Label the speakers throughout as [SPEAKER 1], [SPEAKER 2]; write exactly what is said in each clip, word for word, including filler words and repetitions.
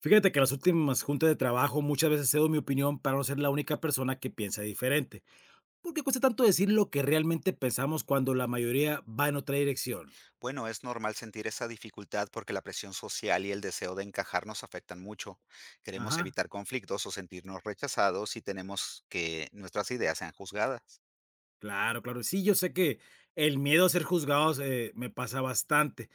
[SPEAKER 1] Fíjate que en las últimas juntas de trabajo muchas veces cedo mi opinión para no ser la única persona que piensa diferente. ¿Por qué cuesta tanto decir lo que realmente pensamos cuando la mayoría va en otra dirección?
[SPEAKER 2] Bueno, es normal sentir esa dificultad porque la presión social y el deseo de encajar nos afectan mucho. Queremos
[SPEAKER 1] Ajá,
[SPEAKER 2] evitar conflictos o sentirnos rechazados y tenemos que nuestras ideas sean juzgadas.
[SPEAKER 1] claro, claro. Sí, yo sé que el miedo a ser juzgados eh, me pasa bastante.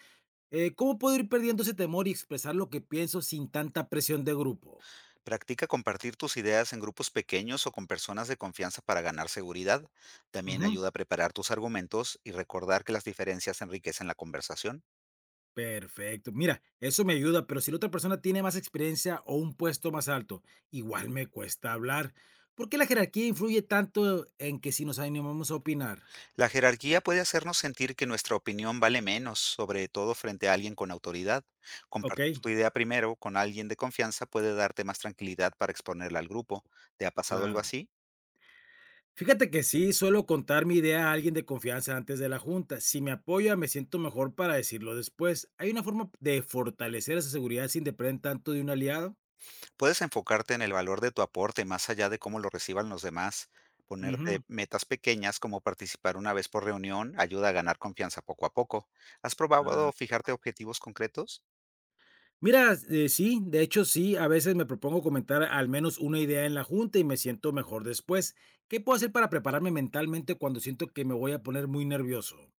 [SPEAKER 1] Eh, ¿cómo puedo ir perdiendo ese temor y expresar lo que pienso sin tanta presión de grupo?
[SPEAKER 2] Practica compartir tus ideas en grupos pequeños o con personas de confianza para ganar seguridad. También
[SPEAKER 1] Ujú.
[SPEAKER 2] ayuda a preparar tus argumentos y recordar que las diferencias enriquecen la conversación.
[SPEAKER 1] Perfecto. Mira, eso me ayuda, pero si la otra persona tiene más experiencia o un puesto más alto, igual me cuesta hablar. ¿Por qué la jerarquía influye tanto en que si nos animamos a opinar?
[SPEAKER 2] La jerarquía puede hacernos sentir que nuestra opinión vale menos, sobre todo frente a alguien con autoridad.
[SPEAKER 1] Ok,
[SPEAKER 2] Compartir tu idea primero con alguien de confianza puede darte más tranquilidad para exponerla al grupo. ¿Te ha pasado algo
[SPEAKER 1] claro.
[SPEAKER 2] así?
[SPEAKER 1] Fíjate que sí, suelo contar mi idea a alguien de confianza antes de la junta. Si me apoya, me siento mejor para decirlo después. ¿Hay una forma de fortalecer esa seguridad sin depender tanto de un aliado?
[SPEAKER 2] Puedes enfocarte en el valor de tu aporte más allá de cómo lo reciban los demás.
[SPEAKER 1] Ujú.
[SPEAKER 2] Ponerte metas pequeñas como participar una vez por reunión ayuda a ganar confianza poco a poco. ¿Has probado fijarte objetivos concretos?
[SPEAKER 1] Mira, eh, sí, de hecho sí, a veces me propongo comentar al menos una idea en la junta y me siento mejor después. ¿Qué puedo hacer para prepararme mentalmente cuando siento que me voy a poner muy nervioso?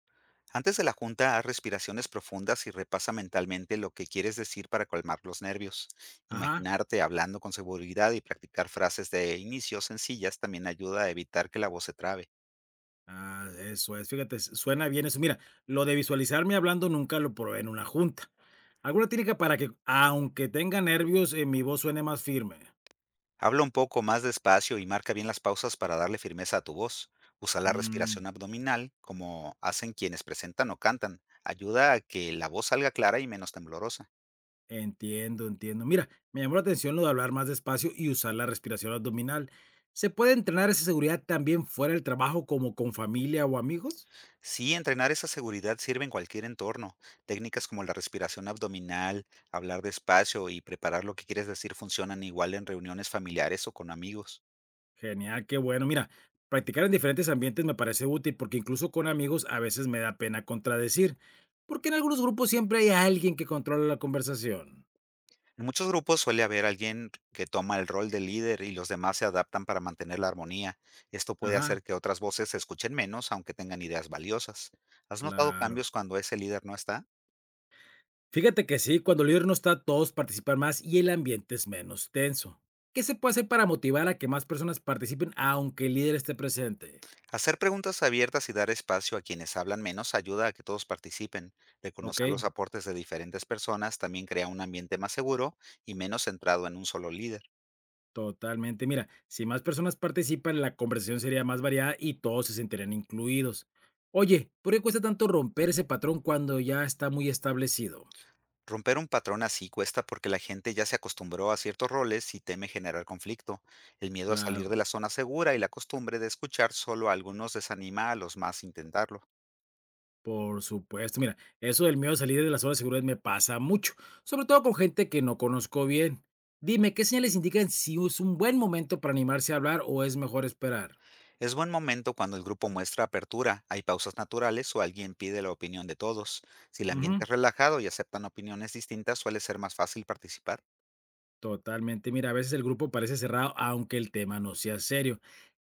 [SPEAKER 2] Antes de la junta, haz respiraciones profundas y repasa mentalmente lo que quieres decir para calmar los nervios.
[SPEAKER 1] Ajá,
[SPEAKER 2] Imaginarte hablando con seguridad y practicar frases de inicio sencillas también ayuda a evitar que la voz se trabe.
[SPEAKER 1] ah, eso es, fíjate, s- suena bien eso. Mira, lo de visualizarme hablando nunca lo probé en una junta. ¿Alguna técnica para que, aunque tenga nervios, eh, mi voz suene más firme?
[SPEAKER 2] Habla un poco más despacio y marca bien las pausas para darle firmeza a tu voz. Usa la
[SPEAKER 1] Mm.
[SPEAKER 2] respiración abdominal, como hacen quienes presentan o cantan. Ayuda a que la voz salga clara y menos temblorosa.
[SPEAKER 1] Entiendo, entiendo. Mira, me llamó la atención lo de hablar más despacio y usar la respiración abdominal. ¿Se puede entrenar esa seguridad también fuera del trabajo, como con familia o amigos?
[SPEAKER 2] Sí, entrenar esa seguridad sirve en cualquier entorno. Técnicas como la respiración abdominal, hablar despacio y preparar lo que quieres decir funcionan igual en reuniones familiares o con amigos.
[SPEAKER 1] Genial, qué bueno. Mira, practicar en diferentes ambientes me parece útil porque incluso con amigos a veces me da pena contradecir, porque en algunos grupos siempre hay alguien que controla la conversación.
[SPEAKER 2] En muchos grupos suele haber alguien que toma el rol de líder y los demás se adaptan para mantener la armonía. Esto puede
[SPEAKER 1] Ajá,
[SPEAKER 2] hacer que otras voces se escuchen menos, aunque tengan ideas valiosas. ¿Has notado
[SPEAKER 1] claro.
[SPEAKER 2] cambios cuando ese líder no está?
[SPEAKER 1] Fíjate que sí, cuando el líder no está, todos participan más y el ambiente es menos tenso. ¿Qué se puede hacer para motivar a que más personas participen aunque el líder esté presente?
[SPEAKER 2] Hacer preguntas abiertas y dar espacio a quienes hablan menos ayuda a que todos participen.
[SPEAKER 1] Ok,
[SPEAKER 2] Reconocer los aportes de diferentes personas también crea un ambiente más seguro y menos centrado en un solo líder.
[SPEAKER 1] totalmente. Mira, si más personas participan, la conversación sería más variada y todos se sentirían incluidos. Oye, ¿por qué cuesta tanto romper ese patrón cuando ya está muy establecido?
[SPEAKER 2] Romper un patrón así cuesta porque la gente ya se acostumbró a ciertos roles y teme generar conflicto. El miedo a salir
[SPEAKER 1] Claro.
[SPEAKER 2] de la zona segura y la costumbre de escuchar solo a algunos desanima a los más a intentarlo.
[SPEAKER 1] Por supuesto, mira, eso del miedo a salir de la zona de seguridad me pasa mucho, sobre todo con gente que no conozco bien. Dime, ¿qué señales indican si es un buen momento para animarse a hablar o es mejor esperar?
[SPEAKER 2] Es buen momento cuando el grupo muestra apertura, hay pausas naturales o alguien pide la opinión de todos. Si el ambiente
[SPEAKER 1] Ujú,
[SPEAKER 2] es relajado y aceptan opiniones distintas, suele ser más fácil participar.
[SPEAKER 1] totalmente, mira, a veces el grupo parece cerrado aunque el tema no sea serio.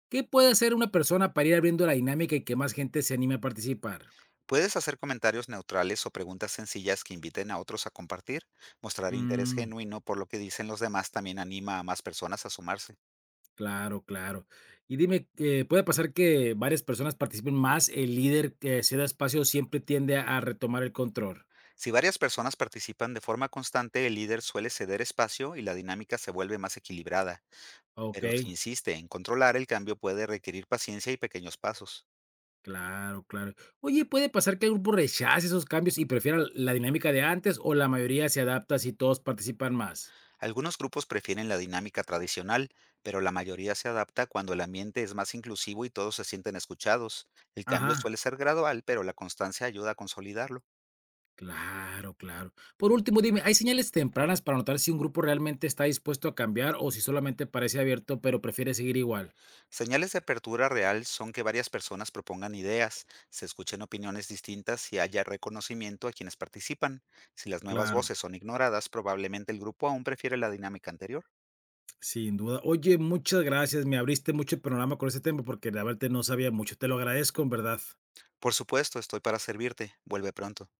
[SPEAKER 1] ¿Qué puede hacer una persona para ir abriendo la dinámica y que más gente se anime a participar?
[SPEAKER 2] Puedes hacer comentarios neutrales o preguntas sencillas que inviten a otros a compartir. Mostrar interés
[SPEAKER 1] Mm,
[SPEAKER 2] genuino por lo que dicen los demás también anima a más personas a sumarse.
[SPEAKER 1] claro, claro. Y dime, eh, ¿puede pasar que varias personas participen más? El líder que ceda espacio siempre tiende a retomar el control.
[SPEAKER 2] Si varias personas participan de forma constante, el líder suele ceder espacio y la dinámica se vuelve más equilibrada. Pero si
[SPEAKER 1] Ok.
[SPEAKER 2] insiste en controlar, el cambio puede requerir paciencia y pequeños pasos.
[SPEAKER 1] Claro, claro. Oye, ¿puede pasar que el grupo rechace esos cambios y prefiera la dinámica de antes o la mayoría se adapta si todos participan más?
[SPEAKER 2] Algunos grupos prefieren la dinámica tradicional, pero la mayoría se adapta cuando el ambiente es más inclusivo y todos se sienten escuchados. El cambio
[SPEAKER 1] Ajá,
[SPEAKER 2] suele ser gradual, pero la constancia ayuda a consolidarlo.
[SPEAKER 1] claro, claro. Por último, dime, ¿hay señales tempranas para notar si un grupo realmente está dispuesto a cambiar o si solamente parece abierto pero prefiere seguir igual?
[SPEAKER 2] Señales de apertura real son que varias personas propongan ideas, se escuchen opiniones distintas y haya reconocimiento a quienes participan. Si las nuevas
[SPEAKER 1] Claro,
[SPEAKER 2] voces son ignoradas, probablemente el grupo aún prefiere la dinámica anterior.
[SPEAKER 1] sin duda. Oye, muchas gracias. Me abriste mucho el panorama con este tema porque la verdad no sabía mucho. Te lo agradezco, en verdad.
[SPEAKER 2] Por supuesto, estoy para servirte. Vuelve pronto.